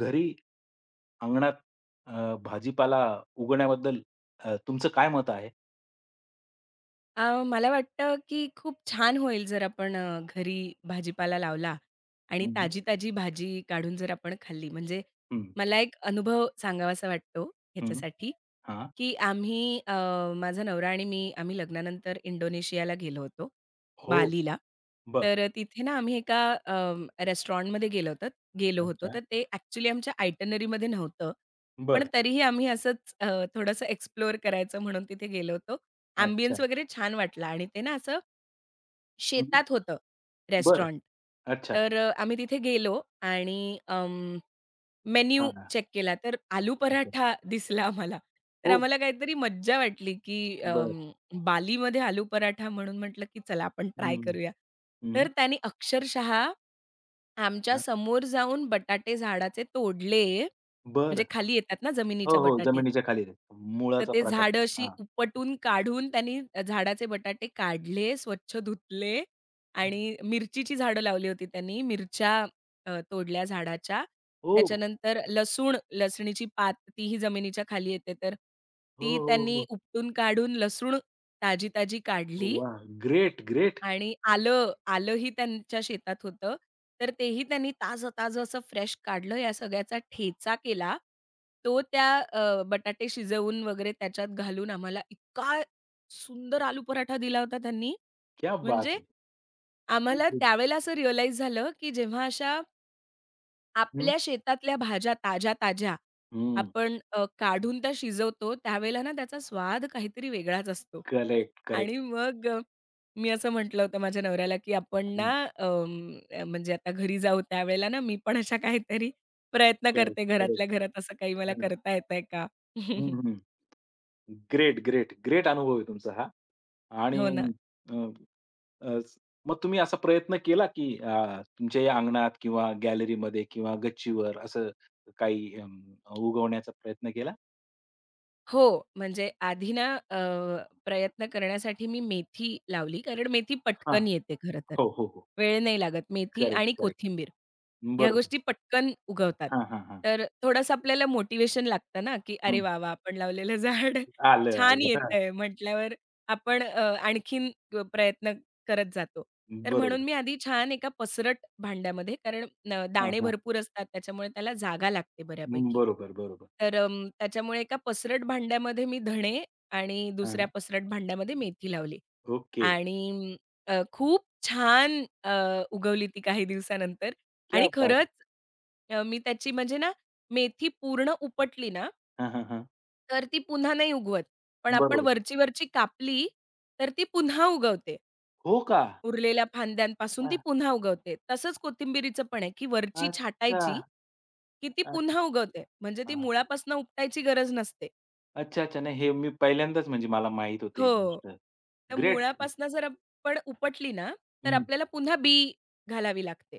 घरी अंगणात भाजीपाला उगवण्याबद्दल तुमचं काय मत आहे? मला वाटतं, की खूप छान होईल जर आपण घरी भाजीपाला लावला आणि हं, हं. ताजी-ताजी भाजी काढून जर आपण खाल्ली. म्हणजे हं, मला एक अनुभव सांगावासा वाटतो ह्याच्यासाठी, हां. की आम्ही माझा नवरा आणि मी आम्ही लग्नानंतर इंडोनेशियाला गेलो होतो, हो. बालीला. बरं. तर तिथे ना आम्ही एका रेस्टॉरंटमध्ये गेलो होतो. अच्छा. तर ते ॲक्चुअली आमच्या आयटनरीमध्ये नव्हतं. पण बरं. तरीही आम्ही असंच थोडंसं एक्सप्लोअर करायचं म्हणून तिथे गेलो होतो. अच्छा. अँबियन्स वगैरे छान वाटला आणि ते ना असं हं, हं. शेतात होतं बरं. रेस्टॉरंट. अच्छा. तर आम्ही तिथे गेलो आणि मेन्यू हां, हां. चेक केला तर आलू अच्छा. पराठा दिसला आम्हाला. तर हो. आम्हाला काहीतरी मज्जा वाटली, की बरं. बालीमध्ये आलू पराठा म्हणून म्हटलं, की चला आपण ट्राय हं, करूया. हं. तर त्याने अक्षरशः आमच्या हां. समोर जाऊन बटाटे झाडाचे तोडले, म्हणजे बरं. खाली येतात ना हो, जमिनीच्या हो. बटाटे. जमिनीच्या खाली तर मुळाचा ते प्रकार आहे झाडं तो. अशी हां. उपटून काढून त्यांनी झाडाचे बटाटे काढले, स्वच्छ धुतले आणि मिरचीची झाडं लावली होती त्यांनी. मिरच्या तोडल्या झाडाच्या. हो. त्याच्यानंतर लसूण, लसणीची पात तीही जमिनीच्या खाली येते. तर हो, ती हो, त्यांनी हो. उपटून काढून लसूण ताजी-ताजी काढली. वाह! Great, great. आणि आलं, आलंही त्यांच्या शेतात होतं. तर तेही त्यांनी ताजं-ताजं असं फ्रेश काढलं. या सगळ्याचा ठेचा केला. तो त्या बटाटे शिजवून वगैरे त्याच्यात घालून आम्हाला इतका सुंदर आलू पराठा दिला होता त्यांनी. क्या बात म्हणजे है! आम्हाला गुड. त्यावेळेला असं रिअलाईज झालं, की जेव्हा अशा हं, आपल्या शेतातल्या भाज्या ताज्या-ताज्या हं. आपण काढून त्या शिजवतो, त्यावेळेला ना त्याचा स्वाद काहीतरी वेगळाच असतो. Correct, correct. आणि मग मी असं म्हटलं होतं माझ्या नवऱ्याला, की आपण ना हं. म्हणजे आता घरी जाऊ त्यावेळेला ना मी पण अशा काहीतरी प्रयत्न करेक्ट, करते घरातल्या करेक्ट. घरात असं काही मला करता येतंय का? हं, हं. ग्रेट, ग्रेट, ग्रेट अनुभव आहे तुमचा हा. आणि हो ना. अ, अ, स- मग तुम्ही असा प्रयत्न केला, की तुमच्या या अंगणात किंवा गॅलरीमध्ये किंवा गच्चीवर असं काही उगवण्याचा प्रयत्न केला? हो, म्हणजे आधी ना अ, प्रयत्न करण्यासाठी मी मेथी लावली, कारण मेथी हां. पटकन येते खरं तर. हो, हो, हो. वेळ नाही लागत. मेथी करेक्ट, आणि करेक्ट. कोथिंबीर ह्या बरोबर. गोष्टी पटकन उगवतात. हां, हां, हां. तर थोडंसं आपल्याला मोटिवेशन लागतं ना, की हं. "अरे वाह, वाह! आपण लावलेलं झाड आलं, छान आलं. हां. येतंय" म्हटल्यावर आपण आणखीन प्रयत्न करत जातो. तर म्हणून बरोबर. मी आधी छान एका पसरट भांड्यामध्ये कारण न हां, दाणे हां. भरपूर असतात त्याच्यामुळे त्याला जागा लागते बऱ्यापैकी. बरोबर, बरोबर. तर त्याच्यामुळे एका पसरट भांड्यामध्ये मी धणे आणि हां. दुसऱ्या पसरट भांड्यामध्ये मेथी लावली. ओके. आणि खूप छान उगवली ती काही दिवसानंतर क्या आणि बात है! खरंच मी त्याची म्हणजे ना मेथी पूर्ण उपटली ना, हां, हां, हां. तर ती पुन्हा नाही उगवत. पण आपण बरोबर. वरची-वरची कापली, तर ती पुन्हा उगवते. हो का? उरलेल्या फांद्यांपासून अ, ती पुन्हा उगवते. तसंच कोथिंबिरीचं पण आहे, की वरची अच्छा, छाटायची, की ती अच्छा. पुन्हा उगवते. म्हणजे ती मुळापासून उपटायची गरज नसते. अच्छा, अच्छा. नाही, हे मी पहिल्यांदाच म्हणजे मला माहीत होतं ही हो. गोष्ट. तर ग्रेट. मुळापासून जर आपण उपटली ना, तर हं. आपल्याला पुन्हा बी घालावी लागते.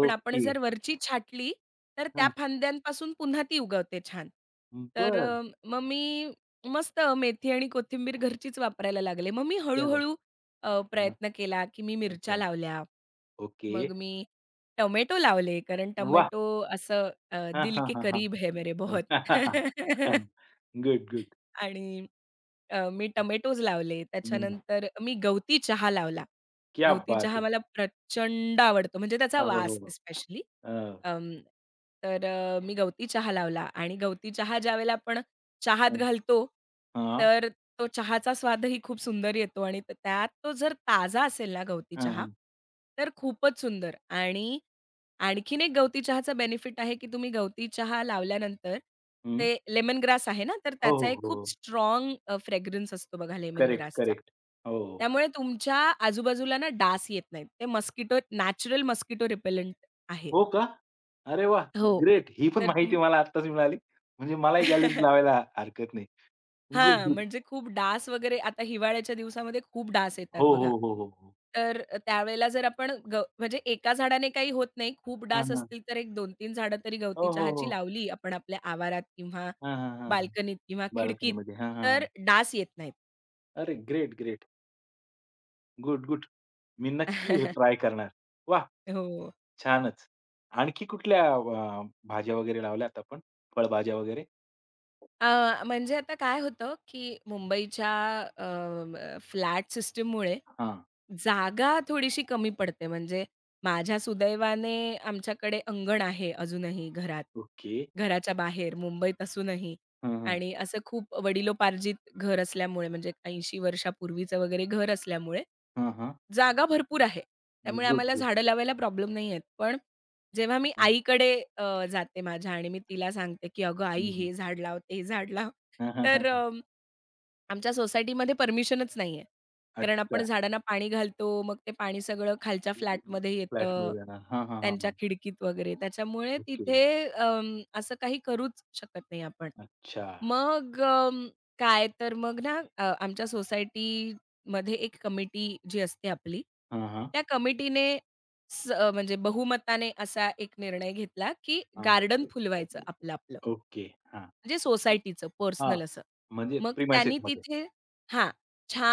पण आपण जर वरची छाटली, तर त्या हां. फांद्यांपासून पुन्हा ती उगवते छान. तर बरं. मग मी मस्त मेथी आणि कोथिंबीर घरचीच वापरायला लागले. मग मी क्या बात हळू है! हां. प्रयत्न केला, की मी मिरच्या अच्छा. लावल्या. ओके. मग मी टोमॅटो लावले, कारण वाह! टोमॅटो असं हां, दिल हां, के हां, हां. करीब है मेरे बहुत गुड, गुड. आणि मी टोमॅटोज लावले. हं. त्याच्यानंतर मी गवती चहा लावला. क्या गवती बात चहा है! मला प्रचंड आवडतो, म्हणजे त्याचा हा, हो, हो, वास हो. स्पेशली. अ, अं, तर मी गवती चहा लावला आणि गवती चहा ज्यावेळेला आपण चहात हं. घालतो, हां. तर तो चहाचा स्वादही खूप सुंदर येतो आणि त्यात तो जर ताजा असेल ना गवती हां, चहा, हां. तर खूपच सुंदर आणि आणखीन एक गवती चहाचा बेनिफिट आहे, की तुम्ही गवती चहा लावल्यानंतर हं. ते लेमन ग्रास आहे ना, तर हो, त्याचा हो, एक खूप हो. स्ट्रॉंग फ्रेग्रन्स असतो बघा लेमन करेक्ट, ग्रासचा. करेक्ट. हो, हो. त्यामुळे तुमच्या आजूबाजूला ना डास येत नाहीत. ते मस्किटो नॅचरल मस्किटो रिपेलंट आहे. हो का? अरे वाह! हो. ग्रेट. ही पण तर माहिती तुम्ही मला आत्ताच मिळाली. म्हणजे मलाही गॅलरीत लावायला हरकत नाही. गुड, हां, गुड. म्हणजे खूप डास वगैरे आता हिवाळ्याच्या दिवसामध्ये खूप डास येतात हो, बघा. हो, हो, हो, हो. तर त्यावेळेला जर आपण म्हणजे एका झाडाने काही होत नाही. खूप डास असतील तर एक 2 तीन झाडं तरी गवती हो, हो, हो. चहाची लावली आपण आपल्या आवारात किंवा हां, हां, हां. बाल्कनीत किंवा खिडकीत, बाल्कनीमध्ये. हां, हां, तर हां. डास येत नाहीत. अरे ग्रेट, ग्रेट. Good, good. मी नक्की हे ट्राय करणार. वाह! हो. छानच. आणखी कुठल्या भाज्या वगैरे लावल्यात आपण? फळभाज्या वगैरे? म्हणजे आता काय होतं, की मुंबईच्या फ्लॅट सिस्टममुळे हां. जागा थोडीशी कमी पडते. म्हणजे माझ्या सुदैवाने आमच्याकडे अंगण आहे अजूनही घरात, ओके. घराच्या बाहेर मुंबईत असूनही हां, हां. आणि असं खूप वडिलोपार्जित घर असल्यामुळे म्हणजे 80 वर्षापूर्वीचं वगैरे घर असल्यामुळे, हां, हां. जागा भरपूर आहे. त्यामुळे गुड, आम्हाला गुड. झाडं लावायला प्रॉब्लेम नाही आहेत. पण जेव्हा मी हां. आईकडे जाते माझ्या आणि मी तिला सांगते, की "अगं आई हं, हं. हे झाड लाव, ते झाड लाव." हां, हां, हां, तर हां. आमच्या सोसायटीमध्ये परमिशनच नाहीये. कारण आपण अच्छा. झाडांना पाणी घालतो, मग ते पाणी सगळं खालच्या फ्लॅटमध्ये फ्लॅटमध्ये येतं, जाणार. हां, हां, हां, त्यांच्या हां. खिडकीत वगैरे. त्याच्यामुळे ओके. तिथे असं काही करूच शकत नाही आपण. अच्छा. मग काय तर मग ना आमच्या सोसायटीमध्ये एक कमिटी जी असते आपली, हां, हां. त्या कमिटीने म्हणजे बहुमताने असा एक निर्णय घेतला, की हां. गार्डन फुलवायचं आपलं-आपलं. ओके. हां. म्हणजे सोसायटीचं हां. पर्सनल असं. म्हणजे मग त्यांनी प्रिमाइसेसमध्ये. तिथे हां,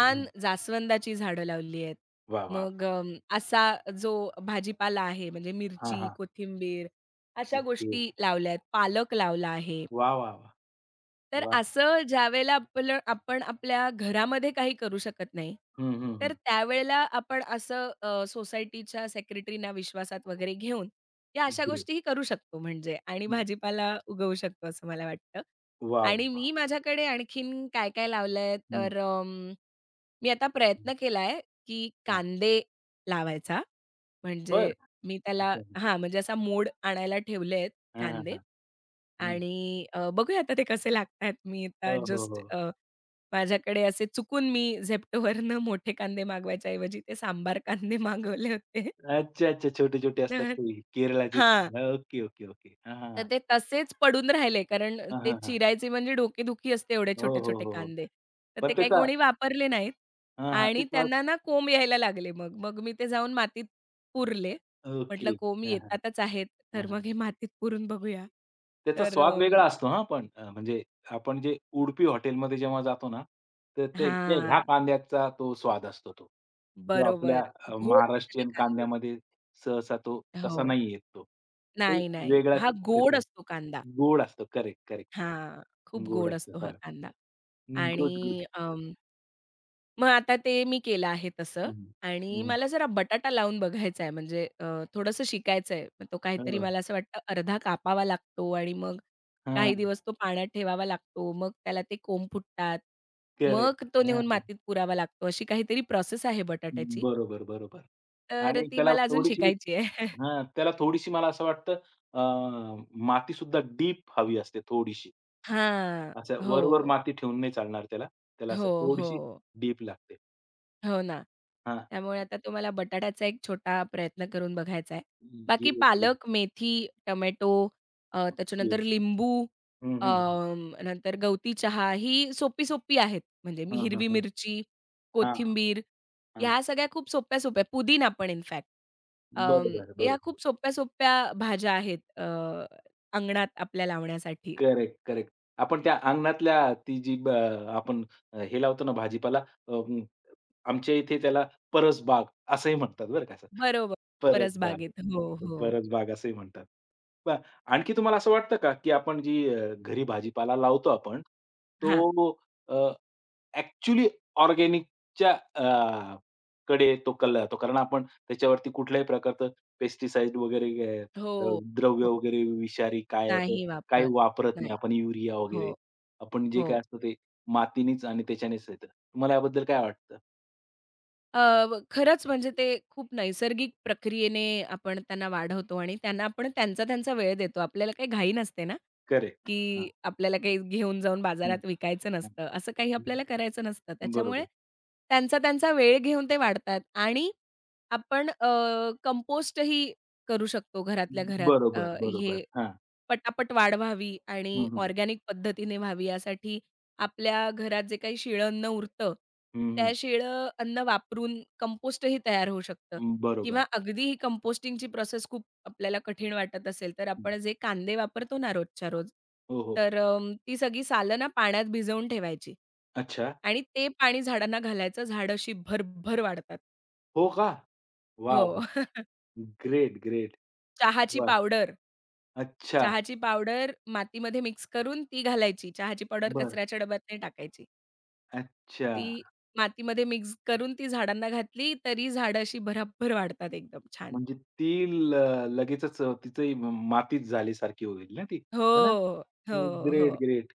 हं. जास्वंदाची झाडं लावली आहेत. वाह, वाह, मग वाह! असा जो भाजीपाला आहे म्हणजे हां, मिरची, हां. कोथिंबीर अशा ओके. गोष्टी लावल्यात. पालक लावला आहे. वाह, वाह, वाह! तर वाह! असं ज्यावेळेला आपलं आपण आपल्या घरामध्ये काही करू शकत नाही, हं, हं, तर हं. त्यावेळेला आपण असं सोसायटीच्या सेक्रेटरीना विश्वासात वगैरे घेऊन, या अशा ग्रेट. गोष्टीही करू शकतो म्हणजे आणि हं. भाजीपाला उगवू शकतो असं मला वाटतं. वाह, वाह, आणि वाह! मी माझ्याकडे आणखीन काय-काय लावलंय हं, तर मी आता हं. प्रयत्न केलाय, की हां. कांदे लावायचा. बरं. म्हणजे मी त्याला अच्छा. हां, म्हणजे असा मोड आणायला ठेवले आहेत हां, हां, कांदे. हां. हं. आणि बघूया आता ते कसे लागतायत. मी आता हो, हो, जस्ट हो. माझ्याकडे असे चुकून मी Zeptoवरनं मोठे कांदे मागवायच्या ऐवजी ते सांबार कांदे मागवले होते. अच्छा, अच्छा. छोटे-छोटे असतात तर ते केरळाचे. हां, हां, ओके, ओके, ओके. हां, हां, हां. तर ते तसेच पडून राहिले. कारण हां, ते हां, हां. चिरायचे म्हणजे डोकेदुखी असते एवढे हो, हो, छोटे-छोटे हो, हो. कांदे. तर पण ते काही त्याचा. कोणी वापरले नाहीत हां, हां. आणि त्याचा. त्यांना ना कोंब यायला लागले मग. मग मी ते जाऊन मातीत पुरले. ओके. म्हटलं कोंब हां, हां. येतातच आहेत, हां, तर हां. मग हे मातीत पुरून बघूया. त्याचा तर स्वाद अ, वेगळा असतो, हां, पण म्हणजे आपण जे उडुपी हॉटेलमध्ये जेव्हा जातो ना, तर ते ते ह्या हां. कांद्याचा तो स्वाद असतो तो. जो आपल्या बरोबर. गोड असते ते महाराष्ट्रीयन कांदे. कांद्यामध्ये सहसा तो तसा हो. नाही येत तो. तो नाही, नाही. वेगळाच हा त्याचा गोड असतो कांदा. गोड असतो. Correct, correct. हां, खूप गोड गोड असतो. असतो हा हां. कांदा आणि गुड, गुड. मग आता ते मी केलं आहे तसं हं, आणि हं. मला जरा बटाटा लावून बघायचा आहे म्हणजे थोडंसं शिकायचं आहे. मग तो काहीतरी हो. मला असं वाटतं अर्धा कापावा लागतो आणि मग काही हां. दिवस तो पाण्यात ठेवावा लागतो. मग त्याला ते कोंब फुटतात. करेक्ट. मग तो हां, नेऊन हां. मातीत पुरावा लागतो. अशी काहीतरी प्रोसेस आहे बटाट्याची. बरोबर, बरोबर. तर आणि ती त्याला मला अजून थोडीशी शिकायची आहे. हां, त्याला थोडीशी मला असं वाटतं अ, मातीसुद्धा डीप हवी असते थोडीशी. हां. असं वर-वर हो, माती ठेवून नाही चालणार त्याला. त्याला असं हो, थोडीशी हो. डीप लागते. हो ना. हां. त्यामुळे आता तुम्हाला बटाट्याचा एक छोटा प्रयत्न करून बघायचा आहे. बाकी येस, पालक, मेथी, टोमॅटो त्याच्यानंतर लिंबू अ, नंतर गवती चहा ही सोपी-सोपी आहेत. म्हणजे मी हां, हां, हिरवी हां. मिरची, हां, कोथिंबीर हां. ह्या सगळ्या खूप सोप्या-सोप्या पुदिना पण इन फॅक्ट बरोबर, या बरोबर. खूप सोप्या-सोप्या भाज्या आहेत अंगणात आपल्या लावण्यासाठी. Correct, correct. आपण त्या अंगणातल्या ती जी ब आपण अ, हे लावतो ना भाजीपाला अ, आमच्या इथे त्याला परसबाग असंही म्हणतात बरं का असं. बरोबर. परसबाग, परसबागेत. हो, हो. परसबाग असंही म्हणतात. पहा, आणखी तुम्हाला असं वाटतं का, की आपण जी घरी भाजीपाला लावतो आपण, हां. तो अ ॲक्चुअली ऑर्गॅनिकच्या कडे तो कल जातो. कारण आपण त्याच्यावरती कुठल्याही प्रकारचं पेस्टिसाइड वगैरे अ, अ, हो, द्रव्य हो. वगैरे विषारी काय असं नाही काही वापरत. वापरत नाही नाही. आपण, युरिया हो, वगैरे. आपण जे काय हो. असतं ते मातीनेच आणि त्याच्यानेच येतं. तुम्हाला याबद्दल काय वाटतं? अ, व खरंच म्हणजे ते खूप नैसर्गिक प्रक्रियेने आपण त्यांना वाढवतो आणि त्यांना आपण त्यांचा-त्यांचा वेळ देतो. आपल्याला काही घाई नसते ना, करेक्ट. हां. की आपल्याला काही घेऊन जाऊन हं, बाजारात विकायचं हं. नसतं. असं काही आपल्याला हं. करायचं नसतं. त्याच्यामुळे बरोबर. त्यांचा-त्यांचा वेळ घेऊन ते वाढतात आणि आपण कंपोस्टही करू शकतो घरातल्या घरात. बरोबर, बरोबर. हे हां. पटापट वाढ व्हावी आणि हं, हं. ऑर्गॅनिक पद्धतीने व्हावी यासाठी आपल्या घरात जे काही शिळं अन्न उरतं, हं, त्या हं. शिळं अन्न वापरून कंपोस्टही तयार होऊ शकतं हं, बरोबर. किंवा अगदी ही कंपोस्टिंगची प्रोसेस खूप आपल्याला कठीण वाटत असेल, तर हं. आपण जे कांदे वापरतो ना रोजच्या रोज, हो, हो. तर ती सगळी सालं ना पाण्यात भिजवून ठेवायची अच्छा. आणि ते पाणी झाडांना घालायचं. झाडं अशी भरभर वाढतात. हो का? वाह! हो. वाह! Great, great. चहाची वाह! पावडर अच्छा. चहाची पावडर मातीमध्ये मिक्स करून ती घालायची. चहाची पावडर बरं. कचऱ्याच्या डब्यात नाही टाकायची. अच्छा. ती मातीमध्ये मिक्स करून ती झाडांना घातली, तरी झाडं अशी भराभर वाढतात एकदम छान. म्हणजे ती ल लगेचच तिचंही मातीच झाल्यासारखी होईल ना ती, हो, है ना? हो, हो. Great, great.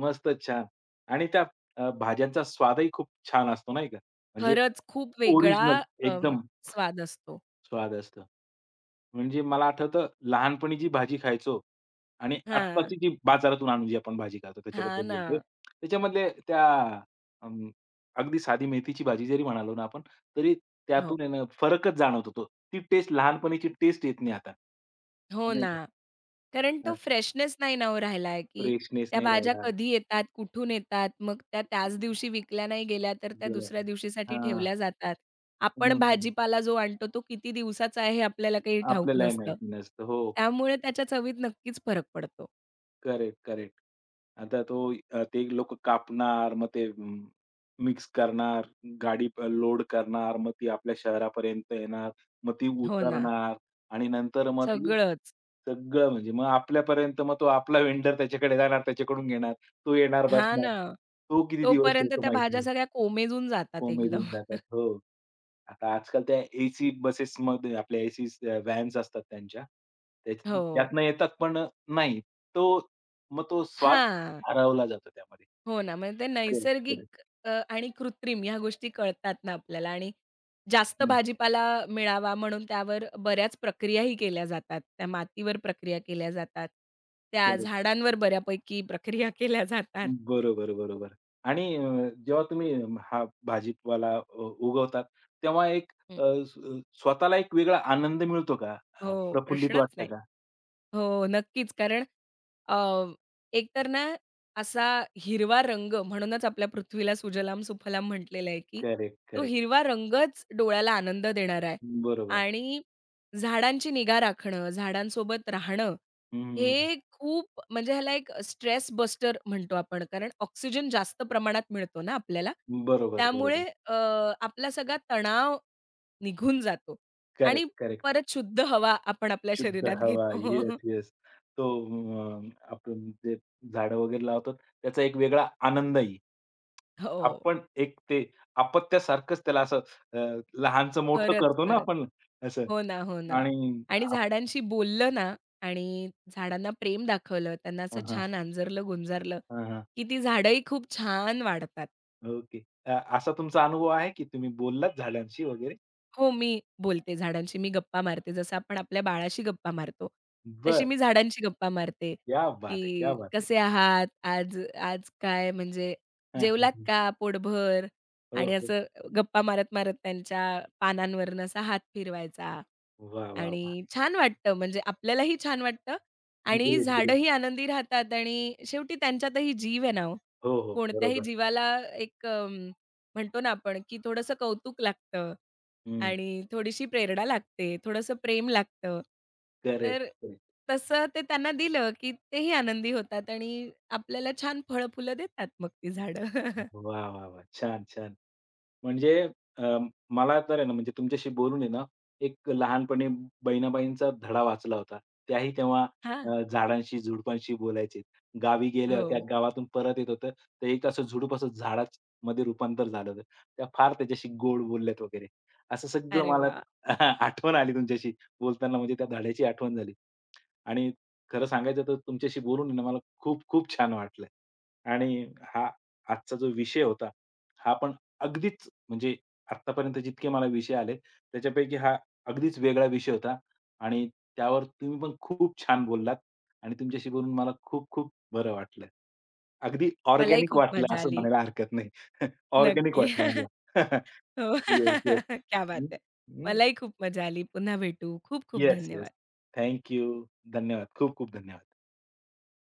मस्त छान. आणि त्या भाज्यांचा स्वादही खूप छान असतो नाही का? म्हणजे खरंच खूप वेगळा ओरिजिनल अ, एकदम. स्वाद असतो. स्वाद असतं. म्हणजे मला आठवतं लहानपणी जी भाजी खायचो आणि हां. आत्ताची जी बाजारातून आणून जी आपण भाजी खातो त्याच्याबद्दल हां ना. बोलतोय. त्याच्यामधले त्या अं, अगदी साधी मेथीची भाजी जरी म्हणालो ना आपण, तरी हो. त्यातून आहे ना फरकच जाणवत होतो. ती टेस्ट, लहानपणीची टेस्ट येत नाही आता. हो नाही का? ना. कारण तो फ्रेशनेस नाही ना हो राहिला, की फ्रेशनेस त्या नाही भाज्या राहिला. कधी येतात, कुठून येतात, मग त्या त्याच दिवशी विकल्या नाही गेल्या, तर त्या गेलं. दुसऱ्या दिवशीसाठी हां. ठेवल्या जातात. हं, आपण हं. भाजीपाला जो आणतो, तो किती दिवसाचा आहे हे आपल्याला काही ठाऊक आपल्यालाही नसतं. माहिती नसतं. हो. त्यामुळे त्याच्या चवीत नक्कीच फरक पडतो. Correct, correct. आता ते लोकं कापणार, मग ते मिक्स करणार, गाडी लोड करणार, मग ती आपल्या शहरापर्यंत येणार, मग ती हो ना. उतरणार आणि नंतर मग ती सगळंच. सगळं म्हणजे मग आपल्यापर्यंत, मग तो आपला व्हेंडर त्याच्याकडे जाणार, त्याच्याकडून घेणार, तो येणार, हां बसणार. ना. तो किती दिवस तोपर्यंत ठेवतो, त्या भाज्या माहिती. सगळ्या कोमेजून जातात कोमेजून एकदम. जातात. हो. आता आजकाल त्या एसी बसेसमध्ये, आपल्या एसी व्हॅन्स असतात त्यांच्या. हो. त्यातनं येतात पण नाही. तो मग तो स्वाद हां. हरवला जातो त्यामध्ये. हो ना, म्हणजे ते करेक्ट, करेक्ट. नैसर्गिक आणि कृत्रिम ह्या गोष्टी कळतात ना आपल्याला आणि जास्त हं. भाजीपाला मिळावा म्हणून त्यावर बऱ्याच प्रक्रियाही केल्या जातात. त्या मातीवर प्रक्रिया केल्या जातात. त्या करेक्ट. झाडांवर बऱ्यापैकी प्रक्रिया केल्या जातात. बरोबर, बरोबर. आणि जेव्हा तुम्ही हा भाजीपाला उगवतात, तेव्हा एक हं. अ, स्व स्वतःला एक वेगळा आनंद मिळतो का? हो, प्रफुल्लित प्रश्नच वाटतं नाही. का? हो, नक्कीच. कारण अ, एकतर ना असा हिरवा रंग म्हणूनच आपल्या पृथ्वीला सुजलाम सुफलाम म्हटलेलं आहे, की करेक्ट, तो करेक्ट. हिरवा रंगच डोळ्याला आनंद देणारा आहे. बरोबर. आणि झाडांची निगा राखणं, झाडांसोबत राहणं, हं, हे खूप म्हणजे ह्याला एक स्ट्रेस बस्टर म्हणतो आपण. कारण ऑक्सिजन जास्त प्रमाणात मिळतो ना आपल्याला. बरोबर, बरोबर. त्यामुळे आपला सगळा तणाव निघून जातो आणि करेक्ट, करेक्ट. परत शुद्ध हवा आपण आपल्या शुद्ध शरीरात हवा. येस, घेतो. येस. तो अ, आपण जे झाडं वगैरे लावतो त्याचा एक वेगळा आनंदही. हो. आपण एक ते अपत्यासारखंच त्याला असं अ, लहानचं मोठं खरंच, करतो ना खरंच. आपण असं. हो ना, हो ना. आणि आणि आप झाडांशी बोललं ना आणि झाडांना प्रेम दाखवलं, त्यांना असं हां, हां. छान अंजरलं, गुंजारलं, हां, हां. की ती झाडंही खूप छान वाढतात. ओके. असा तुमचा अनुभव आहे, की तुम्ही बोललात झाडांशी वगैरे? हो, मी बोलते झाडांशी. मी गप्पा मारते. जसं आपण आपल्या बाळाशी गप्पा मारतो, तशी बरं. मी झाडांशी गप्पा मारते, क्या बात है! क्या की बात है! "कसे आहात? आज आज काय म्हणजे हं, हं, जेवलात हं. का पोटभर?" हो, आणि हो. असं गप्पा मारत-मारत त्यांच्या पानांवरनं असा हात फिरवायचा वाह, वाह, वाह! आणि छान वाटतं म्हणजे आपल्यालाही छान वाटतं आणि ग्रेट, ग्रेट. झाडंही आनंदी राहतात आणि शेवटी त्यांच्यातही जीव आहे ना ओ. हो, हो. कोणत्याही बरोबर. जीवाला एक म्हणतो ना आपण, की थोडंसं कौतुक लागतं हं. आणि थोडीशी प्रेरणा लागते, थोडंसं प्रेम लागतं. करेक्ट, तर करेक्ट. तसं ते त्यांना दिलं, की तेही आनंदी होतात आणि आपल्याला छान फळं-फुलं देतात मग ती झाडं. वाह, वाह, वाह! छान, छान. म्हणजे अ, मला तर आहे ना, म्हणजे तुमच्याशी बोलून आहे ना, एक लहानपणी बहिणाबाईंचा धडा वाचला होता. त्याही तेव्हा हां. झाडांशी, झुडपांशी बोलायचे. गावी गेल्या होत्या, हो. गावातून परत येत होतं. तर एक असं झुडूप असं झाडामध्ये रूपांतर झालं होतं. त्या फार त्याच्याशी गोड बोलल्यात वगैरे. असं सगळं अरे मला वाह! आठवण आली तुमच्याशी बोलताना, म्हणजे त्या धड्याची आठवण झाली. आणि खरं सांगायचं, तर तुमच्याशी बोलून आहे ना, मला खूप खूप छान वाटलं. आणि हा आजचा जो विषय होता, हा पण अगदीच म्हणजे आत्तापर्यंत जितके मला विषय आले, त्याच्यापैकी हा अगदीच वेगळा विषय होता आणि त्यावर तुम्ही पण खूप छान बोललात आणि तुमच्याशी बोलून मला खूप खूप बरं वाटलं. अगदी मलाही ऑर्गॅनिक खूप वाटलं मजा असं आली. म्हणायला हरकत नाही. ऑर्गॅनिक नक्की. वाटलं मला. हो. Yes, yes. क्या बात है! मलाही खूप मजा आली. पुन्हा भेटू. खूप खूप येस, येस. धन्यवाद. थँक धन्यवाद. खूप खूप धन्यवाद.